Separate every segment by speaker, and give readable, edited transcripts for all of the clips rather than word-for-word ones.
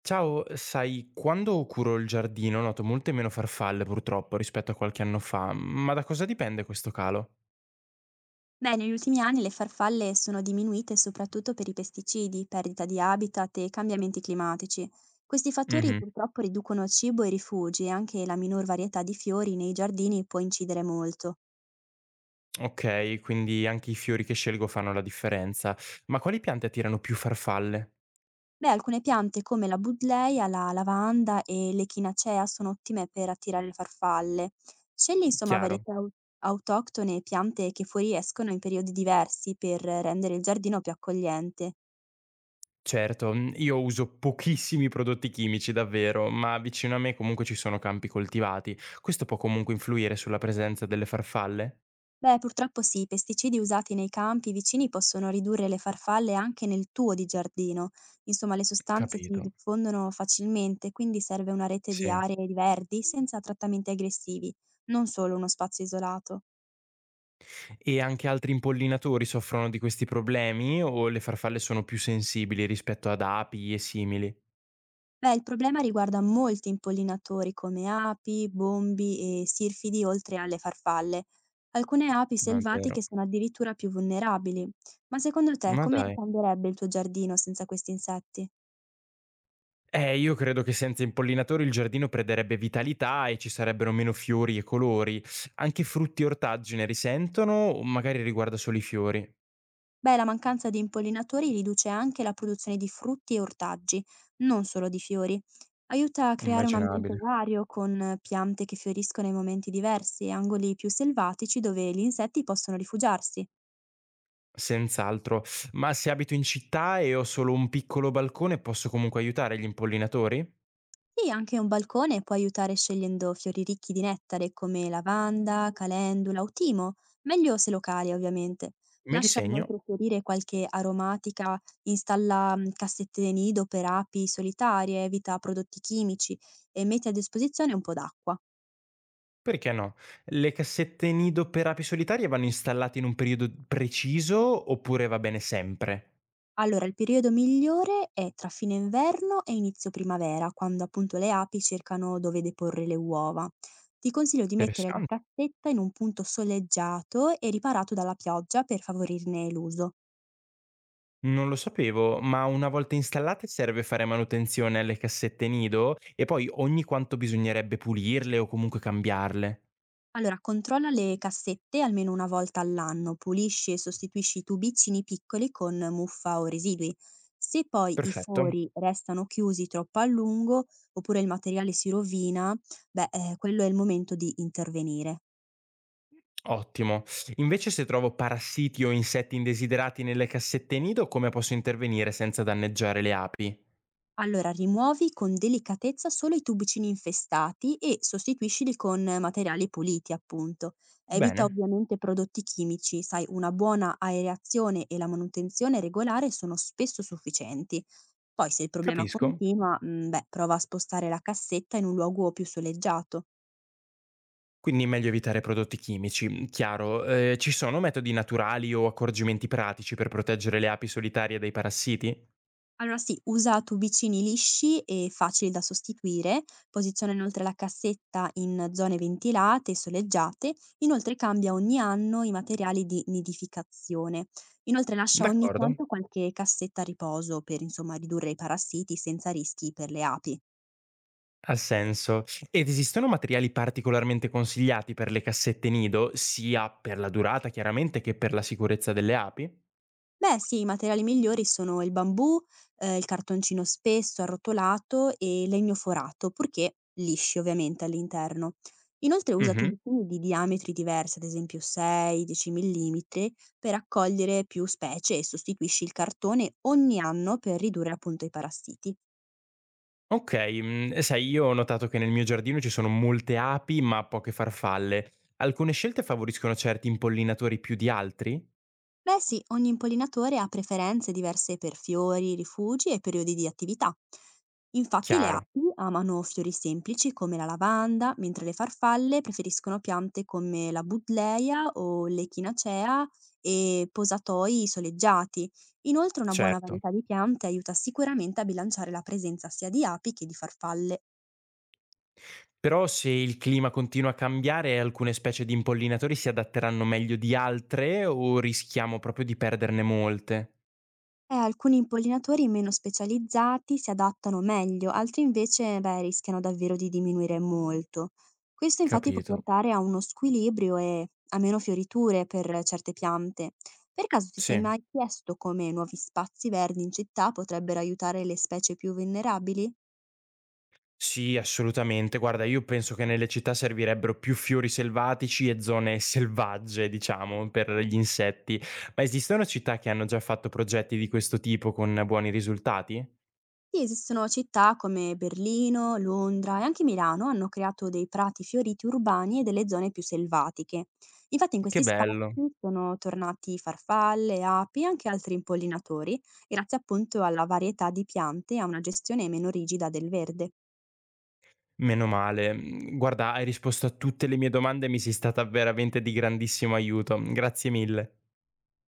Speaker 1: Ciao, sai, quando curo il giardino noto molte meno farfalle purtroppo rispetto a qualche anno fa, ma da cosa dipende questo calo?
Speaker 2: Beh, negli ultimi anni le farfalle sono diminuite soprattutto per i pesticidi, perdita di habitat e cambiamenti climatici. Questi fattori
Speaker 1: Mhm.
Speaker 2: purtroppo riducono cibo e rifugi e anche la minor varietà di fiori nei giardini può incidere molto.
Speaker 1: Ok, quindi anche i fiori che scelgo fanno la differenza. Ma quali piante attirano più farfalle?
Speaker 2: Beh, alcune piante come la budleia, la lavanda e l'echinacea sono ottime per attirare le farfalle. Scegli insomma
Speaker 1: Chiaro.
Speaker 2: varietà autoctone e piante che fuoriescono in periodi diversi per rendere il giardino più accogliente.
Speaker 1: Certo, io uso pochissimi prodotti chimici davvero, ma vicino a me comunque ci sono campi coltivati. Questo può comunque influire sulla presenza delle farfalle?
Speaker 2: Beh, purtroppo sì, i pesticidi usati nei campi vicini possono ridurre le farfalle anche nel tuo di giardino. Insomma, le sostanze si
Speaker 1: Capito.
Speaker 2: diffondono facilmente, quindi serve una rete di
Speaker 1: Sì.
Speaker 2: aree di verdi senza trattamenti aggressivi, non solo uno spazio isolato.
Speaker 1: E anche altri impollinatori soffrono di questi problemi o le farfalle sono più sensibili rispetto ad api e simili?
Speaker 2: Beh, il problema riguarda molti impollinatori come api, bombi e sirfidi, oltre alle farfalle. Alcune api
Speaker 1: Ma è vero.
Speaker 2: selvatiche sono addirittura più vulnerabili. Ma secondo te,
Speaker 1: Ma
Speaker 2: come
Speaker 1: dai.
Speaker 2: cambierebbe il tuo giardino senza questi insetti?
Speaker 1: Io credo che senza impollinatori il giardino perderebbe vitalità e ci sarebbero meno fiori e colori. Anche frutti e ortaggi ne risentono o magari riguarda solo i fiori?
Speaker 2: Beh, la mancanza di impollinatori riduce anche la produzione di frutti e ortaggi, non solo di fiori. Aiuta a creare un ambiente
Speaker 1: Immaginabile.
Speaker 2: vario con piante che fioriscono in momenti diversi e angoli più selvatici dove gli insetti possono rifugiarsi.
Speaker 1: Senz'altro. Ma se abito in città e ho solo un piccolo balcone, posso comunque aiutare gli impollinatori?
Speaker 2: Sì, anche un balcone può aiutare scegliendo fiori ricchi di nettare come lavanda, calendula o timo, meglio se locali ovviamente.
Speaker 1: Me li
Speaker 2: Lascia
Speaker 1: segno.
Speaker 2: inoltre fiorire qualche aromatica, installa cassette nido per api solitarie, evita prodotti chimici e metti a disposizione un po' d'acqua.
Speaker 1: Perché no? Le cassette nido per api solitarie vanno installate in un periodo preciso oppure va bene sempre?
Speaker 2: Allora, il periodo migliore è tra fine inverno e inizio primavera, quando appunto le api cercano dove deporre le uova. Ti consiglio di mettere la
Speaker 1: Interessante.
Speaker 2: cassetta in un punto soleggiato e riparato dalla pioggia per favorirne l'uso.
Speaker 1: Non lo sapevo, ma una volta installate serve fare manutenzione alle cassette nido e poi ogni quanto bisognerebbe pulirle o comunque cambiarle.
Speaker 2: Allora, controlla le cassette almeno una volta all'anno, pulisci e sostituisci i tubicini piccoli con muffa o residui. Se poi i
Speaker 1: Perfetto.
Speaker 2: fori restano chiusi troppo a lungo oppure il materiale si rovina, beh, quello è il momento di intervenire.
Speaker 1: Ottimo. Invece se trovo parassiti o insetti indesiderati nelle cassette nido, come posso intervenire senza danneggiare le api?
Speaker 2: Allora rimuovi con delicatezza solo i tubicini infestati e sostituiscili con materiali puliti, appunto. Evita
Speaker 1: Bene,
Speaker 2: ovviamente prodotti chimici, sai, una buona aerazione e la manutenzione regolare sono spesso sufficienti. Poi se il problema
Speaker 1: capisco.
Speaker 2: continua, beh, prova a spostare la cassetta in un luogo più soleggiato.
Speaker 1: Quindi è meglio evitare prodotti chimici. Chiaro, ci sono metodi naturali o accorgimenti pratici per proteggere le api solitarie dai parassiti?
Speaker 2: Allora sì, usa tubicini lisci e facili da sostituire, posiziona inoltre la cassetta in zone ventilate e soleggiate, inoltre cambia ogni anno i materiali di nidificazione. Inoltre lascia ogni
Speaker 1: D'accordo,
Speaker 2: tanto qualche cassetta a riposo per insomma ridurre i parassiti senza rischi per le api.
Speaker 1: ha senso. Ed esistono materiali particolarmente consigliati per le cassette nido, sia per la durata chiaramente che per la sicurezza delle api?
Speaker 2: Beh sì, i materiali migliori sono il bambù, il cartoncino spesso arrotolato e legno forato, purché lisci ovviamente all'interno. Inoltre usa
Speaker 1: Mh-mh.
Speaker 2: tubicini di diametri diversi, ad esempio 6, 10 millimetri, per raccogliere più specie e sostituisci il cartone ogni anno per ridurre appunto i parassiti.
Speaker 1: Ok, mhmm, sai io ho notato che nel mio giardino ci sono molte api, ma poche farfalle. Alcune scelte favoriscono certi impollinatori più di altri?
Speaker 2: Beh sì, ogni impollinatore ha preferenze diverse per fiori, rifugi e periodi di attività. Infatti le
Speaker 1: Chiaro,
Speaker 2: api amano fiori semplici come la lavanda, mentre le farfalle preferiscono piante come la budleia o l'echinacea e posatoi soleggiati. Inoltre una buona
Speaker 1: certo.
Speaker 2: varietà di piante aiuta sicuramente a bilanciare la presenza sia di api che di farfalle.
Speaker 1: Però se il clima continua a cambiare, alcune specie di impollinatori si adatteranno meglio di altre o rischiamo proprio di perderne molte?
Speaker 2: Alcuni impollinatori meno specializzati si adattano meglio, altri invece, beh, rischiano davvero di diminuire molto. Questo infatti può
Speaker 1: Capito.
Speaker 2: portare a uno squilibrio e a meno fioriture per certe piante. Per caso ti sei
Speaker 1: Sì.
Speaker 2: mai chiesto come nuovi spazi verdi in città potrebbero aiutare le specie più vulnerabili?
Speaker 1: Sì, assolutamente. Guarda, io penso che nelle città servirebbero più fiori selvatici e zone selvagge, diciamo, per gli insetti. Ma esistono città che hanno già fatto progetti di questo tipo con buoni risultati?
Speaker 2: Sì, esistono città come Berlino, Londra e anche Milano hanno creato dei prati fioriti urbani e delle zone più selvatiche. Infatti in
Speaker 1: Che
Speaker 2: questi
Speaker 1: bello.
Speaker 2: spazi sono tornati farfalle, api e anche altri impollinatori, grazie appunto alla varietà di piante e a una gestione meno rigida del verde.
Speaker 1: Meno male. Mm, guarda, hai risposto a tutte le mie domande e mi sei stata veramente di grandissimo aiuto. Grazie mille.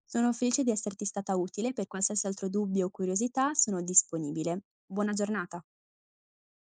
Speaker 2: Sono felice di esserti stata utile, per qualsiasi altro dubbio o curiosità sono disponibile. Buona giornata.